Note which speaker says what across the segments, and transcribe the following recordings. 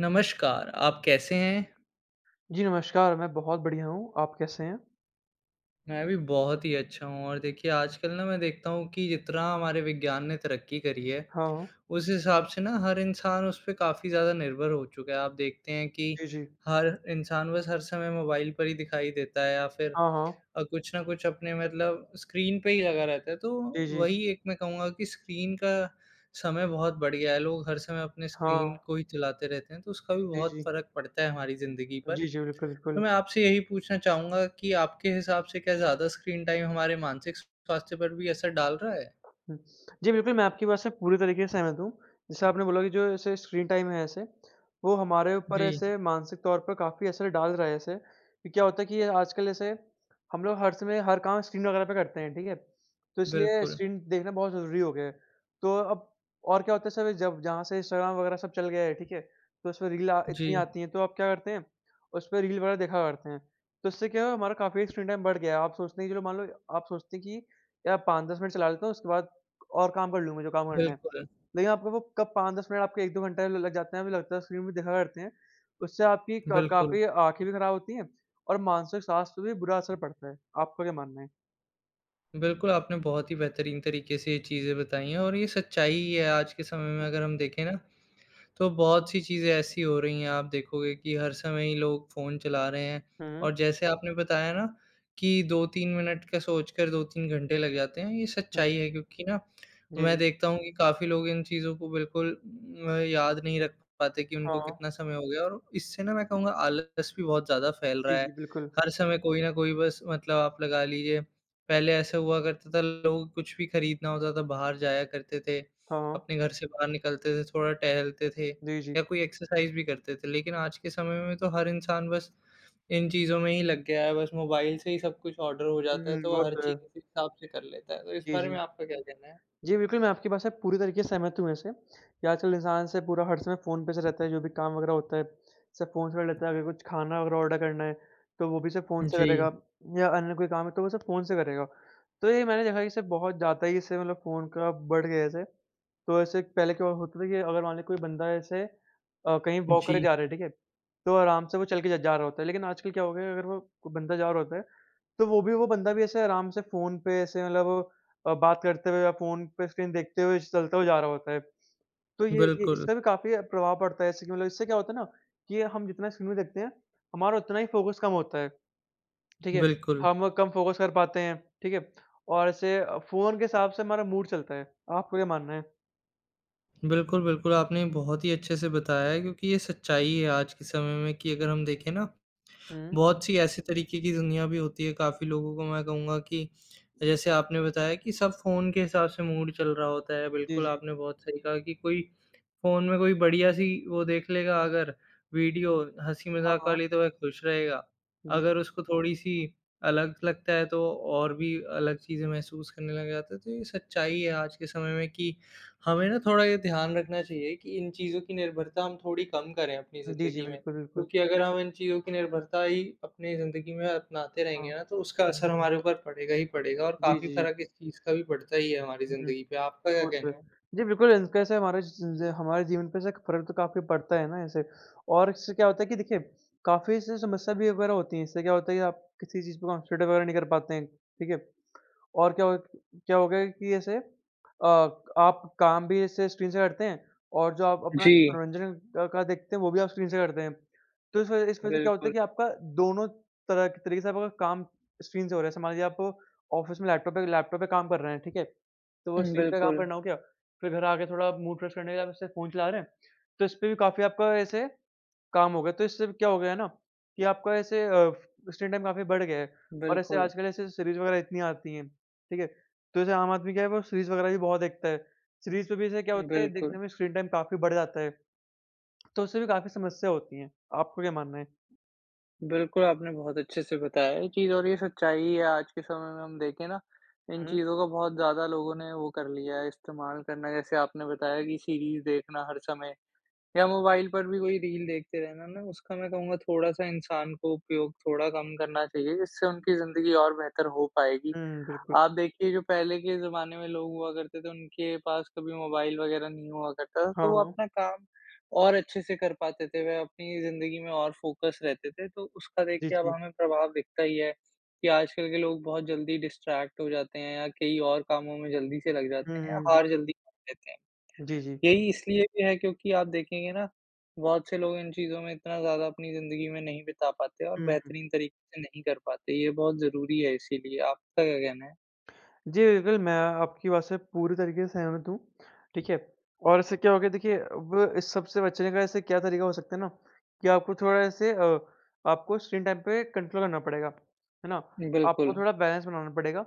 Speaker 1: नमस्कार, आप कैसे हैं?
Speaker 2: जी, नमस्कार, मैं बहुत बढ़िया हूँ। आप कैसे हैं?
Speaker 1: मैं भी बहुत ही अच्छा हूँ और देखिए आजकल ना मैं देखता हूँ कि जितना हमारे विज्ञान ने तरक्की करी है,
Speaker 2: हाँ, हाँ।
Speaker 1: उस हिसाब से ना हर इंसान उस पे काफ़ी ज़्यादा निर्भर हो चुका है। आप देखते हैं कि
Speaker 2: जी, जी।
Speaker 1: हर इंसान बस हर समय मोबाइल पर ही दिखाई देता है या फिर
Speaker 2: हाँ, हाँ।
Speaker 1: कुछ ना कुछ अपने मतलब स्क्रीन पे ही लगा रहता है। तो
Speaker 2: जी, जी।
Speaker 1: वही एक मैं कहूँगा कि स्क्रीन का समय बहुत बढ़ गया है। लोग हर समय अपने स्क्रीन
Speaker 2: हाँ।
Speaker 1: को ही चलाते रहते हैं, तो उसका भी
Speaker 2: जी,
Speaker 1: बहुत
Speaker 2: जी।
Speaker 1: फ़र्क पड़ता है हमारी ज़िंदगी पर।
Speaker 2: जी, जी, बिल्कुल,
Speaker 1: तो
Speaker 2: बिल्कुल।
Speaker 1: मैं आपसे यही पूछना चाहूँगा कि आपके हिसाब से क्या ज़्यादा स्क्रीन टाइम हमारे मानसिक स्वास्थ्य पर भी असर डाल रहा है?
Speaker 2: हुँ। जी, बिल्कुल, मैं आपकी बात से पूरी तरीके से सहमत हूँ। जैसे आपने बोला कि जो ऐसे स्क्रीन टाइम है ऐसे, वो हमारे ऊपर
Speaker 1: जी,
Speaker 2: ऐसे मानसिक तौर पर काफ़ी असर डाल रहा है ऐसे। कि क्या होता है कि ये आजकल ऐसे हम लोग हर समय हर काम स्क्रीन वगैरह पे करते हैं, ठीक है? तो इसलिए
Speaker 1: बिल्कुल।
Speaker 2: स्क्रीन देखना बहुत ज़रूरी हो गया है। तो अब और क्या होता है सब जब जहाँ से इंस्टाग्राम वगैरह सब चल गया है, ठीक है? तो उसमें रील
Speaker 1: जी,
Speaker 2: इतनी आती हैं, तो आप क्या करते हैं, उसपे रील वगैरह देखा करते हैं। तो उससे क्या है हमारा काफ़ी स्क्रीन टाइम बढ़ गया है। आप सोचते हैं कि चलो मान लो आप सोचते हैं कि यार 5-10 मिनट चला लेता हूँ, उसके बाद और काम कर लूँगा जो काम करना है।
Speaker 1: बिल्कुल,
Speaker 2: लेकिन आपका वो कब 5-10 मिनट आपके 1-2 घंटे ल लग जाते हैं, हमें लगता है स्क्रीन में देखा करते हैं। उससे आपकी क
Speaker 1: बिल्कुल।
Speaker 2: काफ़ी आँखें भी खराब होती हैं और मानसिक स्वास्थ्य पे भी बुरा असर पड़ता है। आपका क्या मानना है?
Speaker 1: बिल्कुल, आपने बहुत ही बेहतरीन तरीके से ये चीज़ें बताई हैं और ये सच्चाई ही है आज के समय में अगर हम देखें ना, तो बहुत सी चीज़ें ऐसी हो रही हैं आप देखोगे कि हर समय ही लोग फ़ोन चला रहे हैं
Speaker 2: हुँ,
Speaker 1: और जैसे आपने बताया ना कि 2-3 मिनट का सोचकर 2-3 घंटे लग जाते हैं, ये
Speaker 2: हुँ।
Speaker 1: सच्चाई है क्योंकि ना
Speaker 2: जी,
Speaker 1: मैं
Speaker 2: जी।
Speaker 1: देखता हूँ कि काफ़ी लोग इन चीज़ों को बिल्कुल याद नहीं रख पाते कि
Speaker 2: हाँ,
Speaker 1: उनको
Speaker 2: हाँ।
Speaker 1: कितना समय हो गया और इससे ना मैं कहूँगा आलस भी बहुत ज़्यादा फैल
Speaker 2: जी,
Speaker 1: रहा है।
Speaker 2: जी, बिल्कुल।
Speaker 1: हर समय कोई ना कोई बस मतलब आप लगा लीजिए पहले ऐसा हुआ करता था लोग कुछ भी खरीदना होता था बाहर जाया करते थे,
Speaker 2: हाँ, हाँ।
Speaker 1: अपने घर से बाहर निकलते थे, थोड़ा टहलते थे
Speaker 2: जी, जी।
Speaker 1: या कोई एक्सरसाइज़ भी करते थे। लेकिन आज के समय में तो हर इंसान बस इन चीज़ों में ही लग गया है, बस मोबाइल से ही सब कुछ ऑर्डर हो जाता है,
Speaker 2: हुँ,
Speaker 1: तो
Speaker 2: वो
Speaker 1: वो हर
Speaker 2: तो है।
Speaker 1: चीज़ उसी हिसाब से कर लेता है। तो इस
Speaker 2: जी,
Speaker 1: बारे
Speaker 2: जी।
Speaker 1: में आपका क्या कहना है?
Speaker 2: जी, बिल्कुल, मैं आपकी बात से पूरी तरीके से सहमत हूँ वैसे, कि आजकल इंसान से पूरा हर समय फ़ोन पे से रहता है, जो भी काम वगैरह होता है, सब फ़ोन से कर लेता है। अगर कुछ खाना वगैरह ऑर्डर करना है, तो वो भी सब फ़ोन से
Speaker 1: जी,
Speaker 2: करेगा या अन्य कोई काम है, तो वो सब फ़ोन से करेगा। तो ये मैंने देखा है कि इससे बहुत ज़्यादा ही इससे मतलब फ़ोन का बढ़ गया है ऐसे। तो ऐसे पहले क्या होता था कि अगर मान लें कोई बंदा ऐसे कहीं वॉक करे
Speaker 1: जी।
Speaker 2: जा रहा है, ठीक है? तो आराम से वो चल के ज जा रहा होता है, लेकिन आजकल क्या हो गया है, अगर वो कोई बंदा जा रहा होता है, तो वो बंदा भी ऐसे आराम से फ़ोन पे ऐसे मतलब बात करते हुए या फ़ोन पे स्क्रीन देखते हुए चलता हुआ जा रहा होता है। तो ये
Speaker 1: बिल्कुल,
Speaker 2: इसका भी काफ़ी प्रभाव पड़ता है, जैसे कि मतलब इससे क्या होता है ना कि हम जितना स्क्रीन में देखते हैं, हमारा उतना ही फ़ोकस कम होता है, ठीक है?
Speaker 1: बिल्कुल।
Speaker 2: हम कम फ़ोकस कर पाते हैं, ठीक है? और ऐसे फ़ोन के हिसाब से हमारा मूड चलता है। आपको क्या मानना है?
Speaker 1: बिल्कुल, बिल्कुल, आपने बहुत ही अच्छे से बताया है क्योंकि ये सच्चाई है आज के समय में कि अगर हम देखें ना,
Speaker 2: हुँ।
Speaker 1: बहुत सी ऐसे तरीके की दुनिया भी होती है, काफ़ी लोगों को मैं कहूँगा कि जैसे आपने बताया कि सब फ़ोन के हिसाब से मूड चल रहा होता है।
Speaker 2: जी,
Speaker 1: बिल्कुल,
Speaker 2: जी।
Speaker 1: आपने बहुत सही कहा कि कोई फ़ोन में कोई बढ़िया-सी वो देख लेगा अगर वीडियो
Speaker 2: हाँ,
Speaker 1: हँसी-मज़ाक
Speaker 2: हाँ।
Speaker 1: वाली तो वह खुश रहेगा।
Speaker 2: जी,
Speaker 1: अगर उसको थोड़ी-सी अलग लगता है तो और भी अलग चीज़ें महसूस करने लग जाता है। तो ये सच्चाई है आज के समय में कि हमें ना थोड़ा ये ध्यान रखना चाहिए कि इन चीज़ों की निर्भरता हम थोड़ी कम करें अपनी
Speaker 2: जी, जी।
Speaker 1: ज़िंदगी में।
Speaker 2: बिल्कुल, बिल्कुल।
Speaker 1: क्योंकि अगर हम इन चीज़ों की निर्भरता ही अपनी ज़िंदगी में अपनाते
Speaker 2: हाँ।
Speaker 1: रहेंगे ना तो उसका असर हमारे ऊपर पड़ेगा ही पड़ेगा और
Speaker 2: जी,
Speaker 1: काफ़ी
Speaker 2: जी, जी।
Speaker 1: फ़र्क इस चीज़ का भी पड़ता ही है हमारी
Speaker 2: हुँ।
Speaker 1: ज़िंदगी पे। आपका क्या
Speaker 2: वो तो है।
Speaker 1: कहना है?
Speaker 2: जी, बिल्कुल इसका ऐसे हमारे ज हमारे जीवन पे ऐसे फ़र्क तो काफ़ी पड़ता है ना ऐसे और इससे क्या होता है कि देखिए काफ़ी ऐसी समस्या भी वगैरह होती है। इससे क्या होता है कि आप किसी चीज़ पे कॉन्संट्रेट वगैरह नहीं कर पाते हैं, ठीक है? और क्या हो गया कि ऐसे आप काम भी ऐसे स्क्रीन से करते हैं और जो आप अपना
Speaker 1: जी,
Speaker 2: मनोरंजन का देखते हैं वो भी आप स्क्रीन से करते हैं। तो इस वजह से क्या होता है
Speaker 1: बिल्कुल।
Speaker 2: कि आपका दोनों तरह के तरीके से आपका काम स्क्रीन से हो रहा है। जैसे मान लीजिए आप ऑफ़िस में लैपटॉप पे काम कर रहे हैं, ठीक है? तो वो
Speaker 1: हुँ,
Speaker 2: स्क्रीन पे काम
Speaker 1: बिल्कुल,
Speaker 2: करना हो गया, फिर घर आके थोड़ा मूड फ्रेश करने के लिए आप ऐसे फ़ोन चला रहे हैं। तो इस पे भी काफ़ी आपका ऐसे काम हो गया, तो इससे क्या हो गया है ना कि आपका ऐसे स्क्रीन टाइम काफ़ी बढ़ गया है और ऐसे
Speaker 1: बिल्कुल,
Speaker 2: आजकल ऐसे सीरीज़ वगैरह इतनी आती हैं, ठीक है? तो ऐसे आम आदमी क्या है वो सीरीज़ वगैरह भी बहुत देखता है, सीरीज़ पे भी ऐसे क्या होता है
Speaker 1: बिल्कुल।
Speaker 2: देखने में स्क्रीन टाइम काफ़ी बढ़ जाता है, तो उससे भी काफ़ी समस्या होती हैं। आपका क्या मानना है?
Speaker 1: बिल्कुल, आपने बहुत अच्छे से बताया ये चीज़ और ये सच्चाई है आज के समय में हम देखें ना, इन
Speaker 2: हुँ,
Speaker 1: चीज़ों का बहुत ज़्यादा लोगों ने वो कर लिया है, इस्तेमाल करना जैसे आपने बताया कि सीरीज़ देखना हर समय या मोबाइल पर भी कोई रील देखते रहना ना, उसका मैं कहूँगा थोड़ा-सा इंसान को उपयोग थोड़ा कम करना चाहिए, जिससे उनकी ज़िंदगी और बेहतर हो पाएगी।
Speaker 2: हुँ, बिल्कुल।
Speaker 1: आप देखिए जो पहले के ज़माने में लोग हुआ करते थे, उनके पास कभी मोबाइल वग़ैरह नहीं हुआ करता था,
Speaker 2: हाँ,
Speaker 1: तो वो
Speaker 2: हाँ।
Speaker 1: अपना काम और अच्छे से कर पाते थे, वह अपनी ज़िंदगी में और फ़ोकस रहते थे, तो उसका
Speaker 2: जी,
Speaker 1: देखिए अब
Speaker 2: जी।
Speaker 1: हमें प्रभाव दिखता ही है कि आजकल के लोग बहुत जल्दी डिस्ट्रैक्ट हो जाते हैं या कई और कामों में जल्दी से लग
Speaker 2: हुँ,
Speaker 1: जाते हैं या
Speaker 2: हुँ, जी।
Speaker 1: हार जल्दी मान लेते हैं।
Speaker 2: जी, जी।
Speaker 1: यही इसलिए भी है क्योंकि आप देखेंगे ना, बहुत से लोग इन चीज़ों में इतना ज़्यादा अपनी ज़िंदगी में नहीं बिता पाते और
Speaker 2: हुँ,
Speaker 1: बेहतरीन तरीके से नहीं कर पाते। ये बहुत ज़रूरी है इसीलिए। आपका क्या कहना है?
Speaker 2: जी, बिल्कुल, मैं आपकी बात से पूरी तरीके से सहमत हूँ, ठीक है? और इससे क्या हो गया देखिए अब इस सब से बचने का ऐसे क्या तरीका हो सकता है ना, कि आपको थोड़ा ऐसे आपको स्क्रीन टाइम पे कंट्रोल करना पड़ेगा, है ना? आपको
Speaker 1: बिल्कुल,
Speaker 2: थोड़ा बैलेंस बनाना पड़ेगा।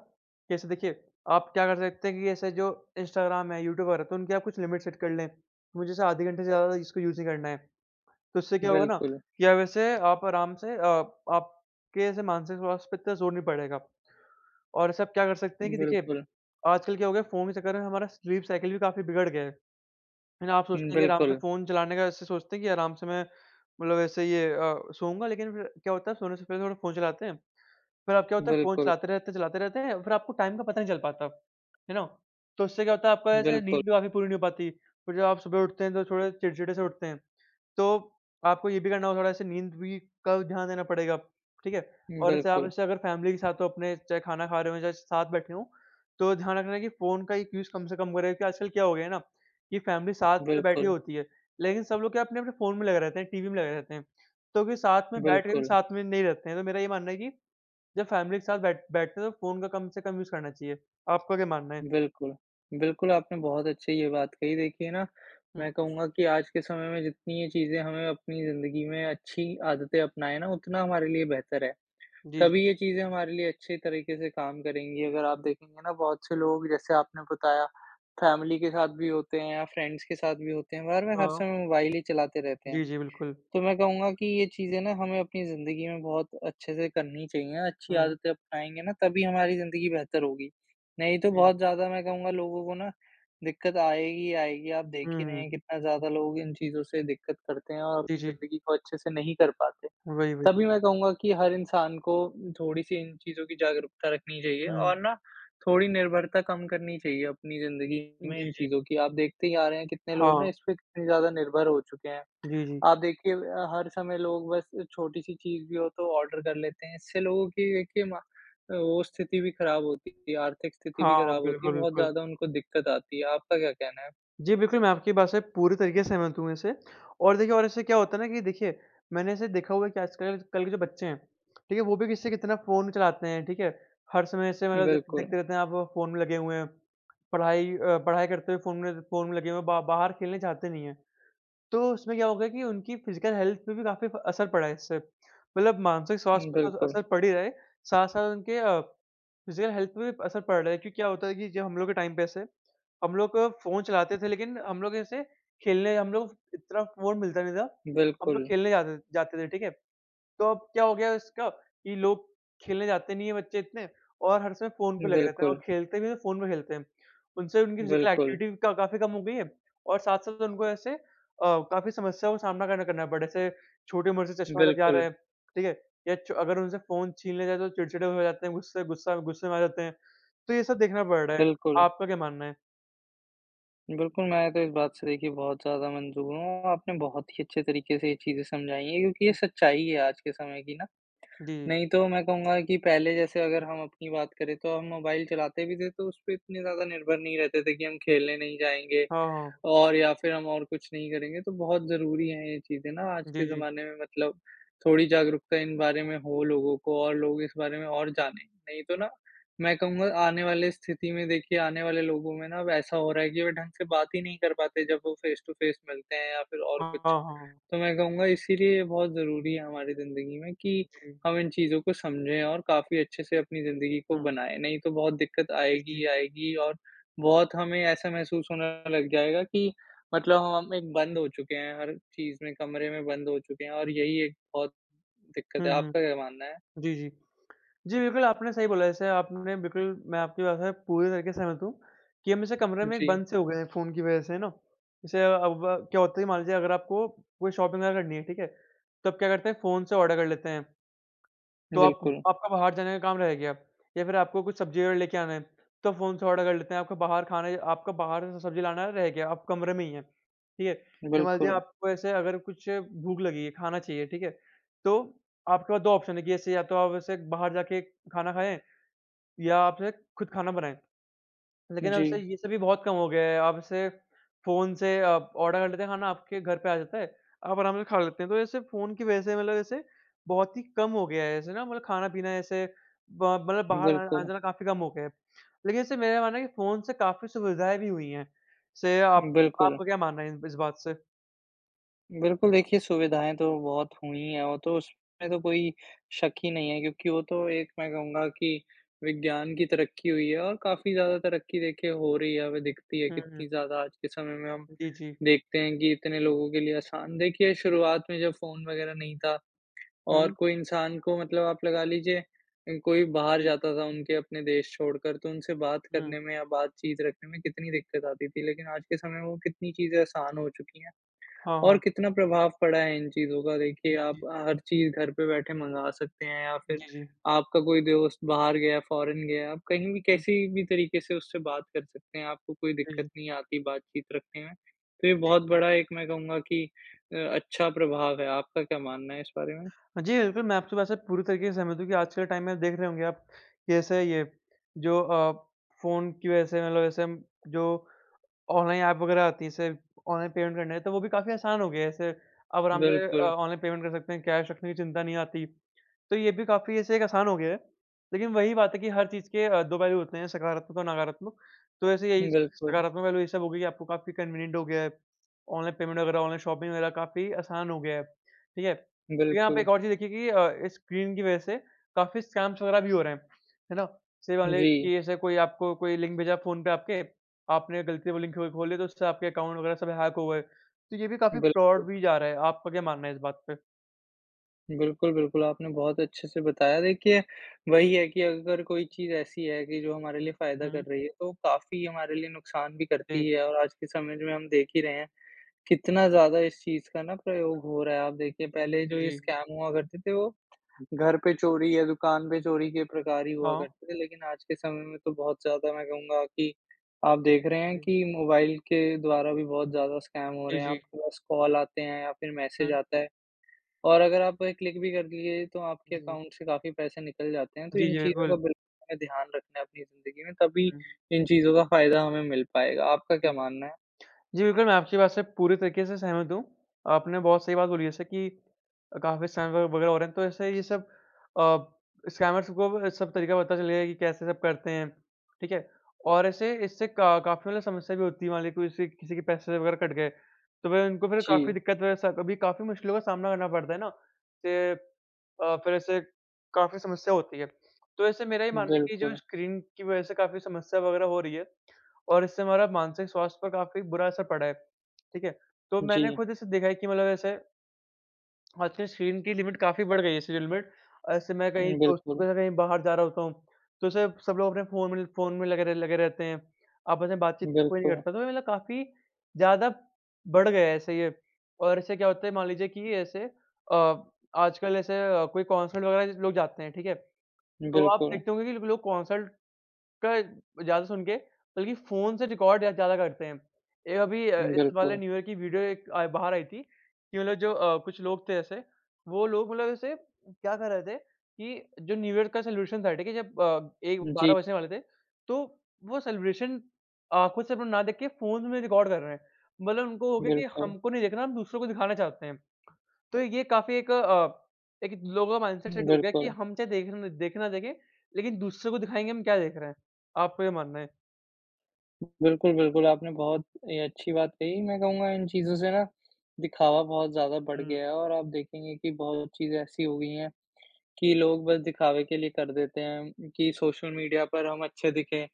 Speaker 2: जैसे देखिए, आप क्या कर सकते हैं कि ऐसे जो इंस्टाग्राम है, यूट्यूब वगैरह तो उनकी आप कुछ लिमिट सेट कर लें, मुझे जैसे आधे घंटे से ज़्यादा इसको यूज़ नहीं करना है। तो इससे क्या होगा ना
Speaker 1: बिल्कुल,
Speaker 2: कि अब ऐसे आप आराम से आपके ऐसे मानसिक स्वास्थ्य पे इतना ज़ोर नहीं पड़ेगा। और ऐसे आप क्या कर सकते हैं कि देखिए,
Speaker 1: बिल्कुल,
Speaker 2: आजकल क्या हो गया फ़ोन के चक्कर में हमारा स्लीप साइकिल भी काफ़ी बिगड़ गया है। है ना? आप सोचते हैं कि आराम से
Speaker 1: बिल्कुल,
Speaker 2: फ़ोन चलाने का ऐसे सोचते हैं कि आराम से मैं मतलब ऐसे सोऊँगा लेकिन फिर क्या होता है सोने से पहले थोड़ा फ़ोन चलाते हैं। फिर आप क्या होता है फ़ोन
Speaker 1: बिल्कुल,
Speaker 2: चलाते रहते हैं फिर आपको टाइम का पता नहीं चल पाता। है ना? तो इससे क्या होता है आपका ऐसे
Speaker 1: बिल्कुल,
Speaker 2: नींद भी काफ़ी पूरी नहीं हो पाती। फिर जब आप सुबह उठते हैं तो थोड़े चिड़चिड़े से उठते हैं। तो आपको ये भी करना होगा थोड़ा ऐसे नींद भी का ध्यान देना पड़ेगा, ठीक है? और ऐसे आप
Speaker 1: बिल्कुल,
Speaker 2: ऐसे अगर फ़ैमिली के साथ हो अपने चाहे खाना खा रहे हो, चाहे साथ बैठे हों, तो ध्यान रखना कि फ़ोन का एक यूज़ कम से कम करें क्योंकि आजकल क्या हो गया है ना कि फ़ैमिली साथ में तो बैठी
Speaker 1: बिल्कुल,
Speaker 2: होती है, लेकिन सब लोग क्या अपने-अपने फ़ोन में लगे रहते हैं, टीवी में लगे रहते हैं। तो फिर साथ में बैठ के भी
Speaker 1: बिल्कुल,
Speaker 2: साथ में नहीं रहते हैं, तो मेरा ये मानना है कि जब फ़ैमिली के साथ बैठते हैं तो फ़ोन का कम से कम यूज़ करना चाहिए। आपका क्या मानना है?
Speaker 1: बिल्कुल। बिल्कुल, आपने बहुत अच्छी ये बात कही। देखिए ना,
Speaker 2: हुँ,
Speaker 1: मैं कहूँगा कि आज के समय में जितनी ये चीज़ें हमें अपनी ज़िंदगी में अच्छी आदतें अपनाएँ ना, उतना हमारे लिए बेहतर है।
Speaker 2: जी, जी।
Speaker 1: तभी ये चीज़ें हमारे लिए अच्छे तरीके से काम करेंगी। अगर आप देखेंगे ना बहुत से लोग जैसे आपने बताया फैमिली के साथ भी होते हैं या फ्रेंड्स के साथ भी होते हैं, घर में हर
Speaker 2: हाँ।
Speaker 1: समय मोबाइल ही चलाते रहते
Speaker 2: जी,
Speaker 1: हैं।
Speaker 2: जी, बिल्कुल।
Speaker 1: तो मैं कहूँगा कि ये चीज़ें ना हमें अपनी ज़िंदगी में बहुत अच्छे से करनी चाहिए, अच्छी
Speaker 2: हुँ, हुँ।
Speaker 1: आदतें अपनाएँगे ना तभी हमारी ज़िंदगी बेहतर होगी। नहीं तो
Speaker 2: जी।
Speaker 1: बहुत ज़्यादा मैं कहूँगा लोगों को ना दिक्कत आएगी ही आएगी। आप देख
Speaker 2: हुँ,
Speaker 1: ही रहे
Speaker 2: हुँ।
Speaker 1: हैं कितना ज़्यादा लोग इन चीज़ों से दिक्कत करते हैं और
Speaker 2: जी,
Speaker 1: अपनी
Speaker 2: जी।
Speaker 1: ज़िंदगी को अच्छे से नहीं कर पाते।
Speaker 2: वही, वही।
Speaker 1: तभी मैं कहूँगा कि हर इंसान को थोड़ी-सी इन चीज़ों की जागरूकता रखनी चाहिए
Speaker 2: हुँ।
Speaker 1: और ना थोड़ी निर्भरता कम करनी चाहिए अपनी ज़िंदगी में
Speaker 2: जी,
Speaker 1: इन
Speaker 2: जी।
Speaker 1: चीज़ों की। आप देखते ही आ रहे हैं कितने लोग ना
Speaker 2: हाँ।
Speaker 1: इस पे कितने ज़्यादा निर्भर हो चुके हैं।
Speaker 2: जी, जी।
Speaker 1: आप देखिए हर समय लोग बस छोटी-सी चीज़ भी हो तो ऑर्डर कर लेते हैं। इससे लोगों की देखिए मा वो स्थिति भी खराब होती है, आर्थिक स्थिति भी
Speaker 2: हाँ,
Speaker 1: खराब होती
Speaker 2: बिल्कुल,
Speaker 1: है, बहुत
Speaker 2: बिल्कुल।
Speaker 1: ज़्यादा उनको दिक्कत आती है। आपका क्या कहना है?
Speaker 2: जी, बिल्कुल, मैं आपकी बात से पूरी तरीके से सहमत हूँ इससे और देखिए और इससे क्या होता है ना कि देखिए, मैंने ऐसे देखा हुआ है कि आजकल कल के जो बच्चे हैं, ठीक है? वो भी किससे कितना फ़ोन चलाते हैं, ठीक है? हर समय ऐसे मतलब
Speaker 1: बिल्कुल,
Speaker 2: देखते रहते हैं आप फ़ोन में लगे हुए हैं। पढ़ाई करते हुए फ़ोन में लगे हुए हैं, बा बाहर खेलने जाते नहीं हैं। तो उसमें क्या हो गया कि उनकी फिज़िकल हेल्थ पे भी काफ़ी फ असर पड़ा है इससे। मतलब मानसिक स्वास्थ्य पे तो
Speaker 1: बिल्कुल,
Speaker 2: असर पड़ ही रहा है, साथ-साथ उनके फिज़िकल हेल्थ पे भी असर पड़ रहा है क्योंकि क्या होता है कि जब हम लोग के टाइम पे ऐसे हम लोग फ़ोन चलाते थे लेकिन हम लोग ऐसे खेलने हम लोग इतना फ़ोन मिलता नहीं था। हम लोग
Speaker 1: बिल्कुल,
Speaker 2: खेलने जाते जाते थे, ठीक है? तो अब क्या हो गया इसका कि लोग खेलने जाते नहीं है बच्चे इतने और हर समय फ़ोन पे लगे रहते हैं और
Speaker 1: बिल्कुल,
Speaker 2: खेलते भी हैं तो फ़ोन पे खेलते हैं। उनसे उनकी फ़िज़िकल
Speaker 1: बिल्कुल,
Speaker 2: एक्टिविटी का काफ़ी कम हो गई है और साथ-साथ उनको ऐसे काफ़ी समस्याओं का सामना करना करना पड़ा जैसे छोटी उम्र से चश्मा लग जा रहा
Speaker 1: बिल्कुल,
Speaker 2: है, ठीक है? या च अगर उनसे फ़ोन छीन लिया जाए तो चिड़चिड़े हो जाते हैं, गुस्से में आ जाते हैं। तो ये सब देखना पड़ रहा है।
Speaker 1: बिल्कुल।
Speaker 2: आपका क्या मानना है?
Speaker 1: बिल्कुल, मैं तो इस बात से देखिए बहुत ज़्यादा मंज़ूर हूँ। आपने बहुत ही अच्छे तरीके से ये चीज़ें समझाई हैं क्योंकि ये
Speaker 2: हुँ,
Speaker 1: सच्चाई है आज के समय की ना।
Speaker 2: जी।
Speaker 1: नहीं तो मैं कहूँगा कि पहले जैसे अगर हम अपनी बात करें तो हम मोबाइल चलाते भी थे तो उस पे इतने ज़्यादा निर्भर नहीं रहते थे कि हम खेलने नहीं जाएँगे
Speaker 2: हाँ, हाँ।
Speaker 1: और या फिर हम और कुछ नहीं करेंगे, तो बहुत ज़रूरी हैं ये चीज़ें ना आज
Speaker 2: जी,
Speaker 1: के
Speaker 2: जी।
Speaker 1: ज़माने में मतलब थोड़ी जागरूकता इन बारे में हो लोगों को और लोग इस बारे में और जानें। नहीं तो ना मैं कहूँगा आने वाले स्थिति में देखिए आने वाले लोगों में ना अब ऐसा हो रहा है कि वो ढंग से बात ही नहीं कर पाते जब वो फ़ेस टू फ़ेस मिलते हैं या फिर और
Speaker 2: हाँ,
Speaker 1: कुछ।
Speaker 2: हाँ।
Speaker 1: तो मैं कहूँगा इसीलिए ये बहुत ज़रूरी है हमारी ज़िंदगी में कि
Speaker 2: जी।
Speaker 1: हम इन चीज़ों को समझें और काफ़ी अच्छे से अपनी ज़िंदगी को
Speaker 2: हाँ।
Speaker 1: बनाएँ, नहीं तो बहुत दिक्कत
Speaker 2: जी,
Speaker 1: आएगी
Speaker 2: जी।
Speaker 1: ही आएगी और बहुत हमें ऐसा महसूस होने लग जाएगा कि मतलब हम एक बंद हो चुके हैं, हर चीज़ में कमरे में बंद हो चुके हैं और यही एक बहुत दिक्कत
Speaker 2: हुँ,
Speaker 1: है। आपका
Speaker 2: हुँ।
Speaker 1: क्या मानना है?
Speaker 2: जी, जी। जी, बिल्कुल, आपने सही बोला जैसे आपने बिल्कुल मैं आपकी बात से पूरी तरीके से सहमत हूँ, कि हम जैसे कमरे में एक
Speaker 1: जी,
Speaker 2: बंद से हो गए हैं फ़ोन की वज़ह से, है ना? जैसे अब क्या होता है कि मान लीजिए अगर आपको कोई शॉपिंग वग़ैरह करनी है, ठीक है? तो आप क्या करते हैं फ़ोन से ऑर्डर कर लेते हैं। तो आप
Speaker 1: बिल्कुल,
Speaker 2: आपका बाहर जाने का काम रह गया या फिर आपको कुछ सब्ज़ी वगैरह लेके आना है, तो फ़ोन से ऑर्डर कर लेते हैं। आपका बाहर खाने आपका बाहर से सब्ज़ी लाना रह गया, आप कमरे में ही हैं, ठीक है? या मान लीजिए
Speaker 1: बिल्कुल।
Speaker 2: आपको ऐसे अगर कुछ भूख लगी है, खाना चाहिए, ठीक है? तो आपके पास 2 ऑप्शन है कि ऐसे या तो आप ऐसे बाहर जाके खाना खाएँ या आप जो है खुद खाना बनाएँ। लेकिन अब
Speaker 1: जी,
Speaker 2: से ये सभी बहुत कम हो गया है। अब से फ़ोन से आप ऑर्डर कर लेते हैं, खाना आपके घर पे आ जाता है, आप आराम से खा लेते हैं। तो ऐसे फ़ोन की वज़ह से मतलब ऐसे बहुत ही कम हो गया है, ऐसे ना मतलब खाना-पीना ऐसे ब मतलब बाहर आ
Speaker 1: बिल्कुल,
Speaker 2: आना-जाना काफ़ी कम हो गया है। लेकिन इससे मेरा मानना है कि फ़ोन से काफ़ी सुविधाएँ भी हुई हैं। से आप
Speaker 1: बिल्कुल।
Speaker 2: आपका क्या मानना है इन इस बात से?
Speaker 1: बिल्कुल, देखिए सुविधाएँ तो बहुत हुई हैं, वो तो उसमें तो कोई शक ही नहीं है क्योंकि वो तो एक मैं कहूँगा कि विज्ञान की तरक्की हुई है और काफ़ी ज़्यादा तरक्की देखिए हो रही है, हमें दिखती है
Speaker 2: हुँ, हुँ।
Speaker 1: कितनी ज़्यादा आज के समय में हम
Speaker 2: जी, जी।
Speaker 1: देखते हैं कि इतने लोगों के लिए आसान देखिए शुरुआत में जब फ़ोन वग़ैरह नहीं था और
Speaker 2: हुँ,
Speaker 1: कोई इंसान को मतलब आप लगा लीजिए कोई बाहर
Speaker 2: जी।
Speaker 1: जाता था उनके अपने देश छोड़कर तो उनसे बात
Speaker 2: हुँ।
Speaker 1: करने में या बातचीत रखने में कितनी दिक्कत आती थी, लेकिन आज के समय में वो कितनी चीज़ें आसान हो चुकी हैं।
Speaker 2: हाँ,
Speaker 1: और
Speaker 2: हाँ।
Speaker 1: कितना प्रभाव पड़ा है इन चीज़ों का? देखिए,
Speaker 2: जी,
Speaker 1: आप
Speaker 2: जी।
Speaker 1: हर चीज़ घर पे बैठे मँगा सकते हैं या फिर
Speaker 2: जी, जी।
Speaker 1: आपका कोई दोस्त बाहर गया, फ़ॉरेन गया, आप कहीं भी
Speaker 2: हुँ,
Speaker 1: कैसी भी तरीके से उससे बात कर सकते हैं, आपको कोई
Speaker 2: जी,
Speaker 1: दिक्कत
Speaker 2: जी।
Speaker 1: नहीं आती बातचीत रखने में। तो ये बहुत बड़ा एक मैं कहूँगा कि अच्छा प्रभाव है। आपका क्या मानना है इस बारे में?
Speaker 2: हाँ जी, बिल्कुल, मैं आपकी बात से पूरी तरीके से सहमत हूँ कि आज के टाइम में देख रहे होंगे आप, कि ऐसे ये जो फ़ोन की वजह से मतलब ऐसे हम जो ऑनलाइन ऐप वगैरह आती है, इससे ऑनलाइन पेमेंट करना है, तो वो भी काफ़ी आसान हो गया है, इससे अब आराम से
Speaker 1: बिल्कुल,
Speaker 2: ऑनलाइन पेमेंट कर सकते हैं, कैश रखने की चिंता नहीं आती। तो ये भी काफ़ी ऐसे एक आसान हो गया है, लेकिन वही बात है कि हर चीज़ के 2 पहलू होते हैं, सकारात्मक और नकारात्मक। तो ऐसे यही
Speaker 1: बिल्कुल,
Speaker 2: सकारात्मक पहलू ये सब हो गई कि आपको काफ़ी कन्वीनिएंट हो गया है, ऑनलाइन पेमेंट वगैरह, ऑनलाइन शॉपिंग वगैरह काफ़ी आसान हो गया है, ठीक है? लेकिन आप
Speaker 1: बिल्कुल।
Speaker 2: एक और चीज़ देखिए कि इस स्क्रीन की वजह से काफ़ी स्कैम्स वगैरह भी हो रहे हैं, है ना? जैसे मान लीजिए
Speaker 1: जी,
Speaker 2: कि ऐसे कोई आपको कोई लिंक भेजा फ़ोन पे आपके, आपने गलती से वो लिंक खो खोले तो उससे आपके अकाउंट वगैरह सब हैक हो गए। तो ये भी काफ़ी
Speaker 1: बिल्कुल।
Speaker 2: फ्रॉड भी जा रहा है, आपका क्या मानना है इस बात पे?
Speaker 1: बिल्कुल, बिल्कुल, आपने बहुत अच्छे से बताया। देखिए, वही है कि अगर कोई चीज़ ऐसी है कि जो हमारे लिए फ़ायदा कर
Speaker 2: हुँ।
Speaker 1: रही है, तो काफ़ी हमारे लिए नुकसान भी करती
Speaker 2: जी,
Speaker 1: है और आज के समय में हम देख ही रहे हैं, कितना ज़्यादा इस चीज़ का ना प्रयोग हो रहा है। आप देखिए, पहले
Speaker 2: जी,
Speaker 1: जो ये
Speaker 2: जी।
Speaker 1: स्कैम हुआ करते थे, वो घर पे चोरी या दुकान पे चोरी के प्रकार ही हुआ
Speaker 2: हाँ।
Speaker 1: करते थे, लेकिन आज के समय में तो बहुत ज़्यादा मैं कहूँगा कि आप देख रहे हैं
Speaker 2: जी,
Speaker 1: कि मोबाइल के द्वारा भी बहुत ज़्यादा स्कैम हो
Speaker 2: जी,
Speaker 1: रहे हैं।
Speaker 2: जी।
Speaker 1: आपके पास कॉल आते हैं या फिर मैसेज
Speaker 2: हुँ।
Speaker 1: आता है। और अगर आप क्लिक भी कर लिए तो आपके
Speaker 2: जी,
Speaker 1: अकाउंट से काफ़ी पैसे निकल जाते हैं, तो
Speaker 2: जी,
Speaker 1: इन
Speaker 2: जी,
Speaker 1: चीज़ों का
Speaker 2: बिल्कुल।
Speaker 1: बिल्कुल हमें ध्यान रखना है अपनी ज़िंदगी में तभी
Speaker 2: हुँ।
Speaker 1: इन चीज़ों का फ़ायदा हमें मिल पाएगा। आपका क्या
Speaker 2: जी।
Speaker 1: मानना है?
Speaker 2: जी, बिल्कुल, मैं आपकी बात से पूरी तरीके से सहमत हूँ। आपने बहुत सही बात बोली जैसे कि काफ़ी स्कैम व वगैरह हो रहे हैं, तो ऐसे ये सब अ, स्कैमर्स को अब सब तरीका पता चल गया है कि कैसे सब करते हैं, ठीक है? और ऐसे इससे का काफ़ी मतलब समस्या भी होती है, मान लीजिए कोई किसी किसी के पैसे वगैरह कट गए, तो फिर उनको फिर काफ़ी
Speaker 1: जी,
Speaker 2: दिक्कत वैसा कभी काफ़ी मुश्किलों का सामना करना पड़ता है ना, से फिर ऐसे काफ़ी समस्या होती है। तो ऐसे मेरा ये मानना है कि जो
Speaker 1: बिल्कुल।
Speaker 2: स्क्रीन की वजह से काफ़ी समस्या वगैरह हो रही है और इससे हमारा मानसिक स्वास्थ्य पर काफ़ी बुरा असर पड़ा है, ठीक है? तो
Speaker 1: जी,
Speaker 2: मैंने खुद इसे देखा है कि मतलब ऐसे आजकल स्क्रीन की लिमिट काफ़ी बढ़ गई है स्क्रीन लिमिट। ऐसे मैं कहीं दोस्तों
Speaker 1: बिल्कुल,
Speaker 2: के साथ कहीं बाहर जा रहा होता हूँ, तो ऐसे सब लोग अपने फ़ोन में लगे रहते हैं। आपस में बातचीत का कोई नहीं
Speaker 1: बिल्कुल,
Speaker 2: करता, तो ये मतलब काफ़ी ज़्यादा बढ़ गया है ऐसे ये। और इससे क्या होता है मान लीजिए कि ऐसे अ, आजकल ऐसे कोई कॉन्सर्ट वगैरह लोग जाते हैं, ठीक है? तो आप
Speaker 1: बिल्कुल,
Speaker 2: देखते होंगे कि लोग कॉन्सर्ट का ज़्यादा सुन के बल्कि फ़ोन से रिकॉर्ड ज़्यादा करते हैं। एक अभी इस वाले
Speaker 1: बिल्कुल।
Speaker 2: न्यू ईयर की वीडियो एक बाहर आई थी कि मतलब जो कुछ लोग थे ऐसे, वो लोग मतलब ऐसे क्या कर रहे थे कि जो न्यू ईयर का सेलिब्रेशन था, ठीक है? जब एक 12
Speaker 1: जी,
Speaker 2: बजने वाले थे, तो वो सेलिब्रेशन आँखों से अपना ना देख के फ़ोन में रिकॉर्ड कर रहे हैं। मतलब उनको हो गया कि
Speaker 1: बिल्कुल,
Speaker 2: हमको नहीं देखना, हम दूसरों को दिखाना चाहते हैं। तो ये काफ़ी एक एक लोगों का माइंडसेट सेट हो गया कि
Speaker 1: बिल्कुल।
Speaker 2: हम चाहे देख न देखें ना देखें, लेकिन दूसरे को दिखाएँगे हम क्या देख रहे हैं। आपका क्या मानना है?
Speaker 1: बिल्कुल, बिल्कुल, आपने बहुत ये अच्छी बात कही। मैं कहूँगा इन चीज़ों से ना दिखावा बहुत ज़्यादा बढ़
Speaker 2: हुँ।
Speaker 1: गया है और आप देखेंगे कि बहुत चीज़ें ऐसी हो गई हैं कि लोग बस दिखावे के लिए कर देते हैं कि सोशल मीडिया पर हम अच्छे दिखें।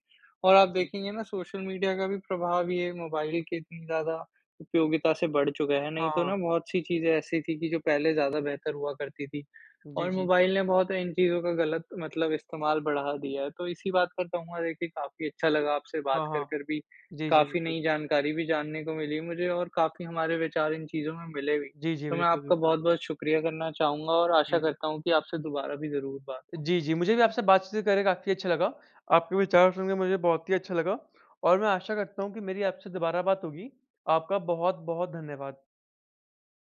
Speaker 1: और
Speaker 2: जी,
Speaker 1: आप
Speaker 2: जी।
Speaker 1: देखेंगे ना सोशल मीडिया का भी प्रभाव ये मोबाइल की इतनी ज़्यादा उपयोगिता से बढ़ चुका है, नहीं
Speaker 2: हाँ,
Speaker 1: तो
Speaker 2: हाँ।
Speaker 1: ना बहुत सी चीज़ें ऐसी थी कि जो पहले ज़्यादा बेहतर हुआ करती थी।
Speaker 2: जी,
Speaker 1: और
Speaker 2: जी।
Speaker 1: मोबाइल ने बहुत इन चीज़ों का गलत मतलब इस्तेमाल बढ़ा दिया है। तो इसी बात पर कहूँगा देखिए काफ़ी अच्छा लगा आपसे बात
Speaker 2: हाँ,
Speaker 1: कर
Speaker 2: हाँ।
Speaker 1: कर भी,
Speaker 2: जी, जी,
Speaker 1: काफ़ी
Speaker 2: बिल्कुल।
Speaker 1: नई जानकारी भी जानने को मिली मुझे और काफ़ी हमारे विचार इन चीज़ों में मिले भी।
Speaker 2: जी, जी,
Speaker 1: तो मैं
Speaker 2: बिल्कुल,
Speaker 1: आपका
Speaker 2: बिल्कुल।
Speaker 1: बहुत-बहुत शुक्रिया करना चाहूँगा और आशा
Speaker 2: जी, जी।
Speaker 1: करता हूँ कि आपसे दोबारा भी ज़रूर बात हो।
Speaker 2: जी, जी, मुझे भी आपसे बातचीत करके काफ़ी अच्छा लगा। आपके विचार सुनकर मुझे बहुत ही अच्छा लगा और मैं आशा करता हूँ कि मेरी आपसे दोबारा बात होगी। आपका बहुत-बहुत धन्यवाद।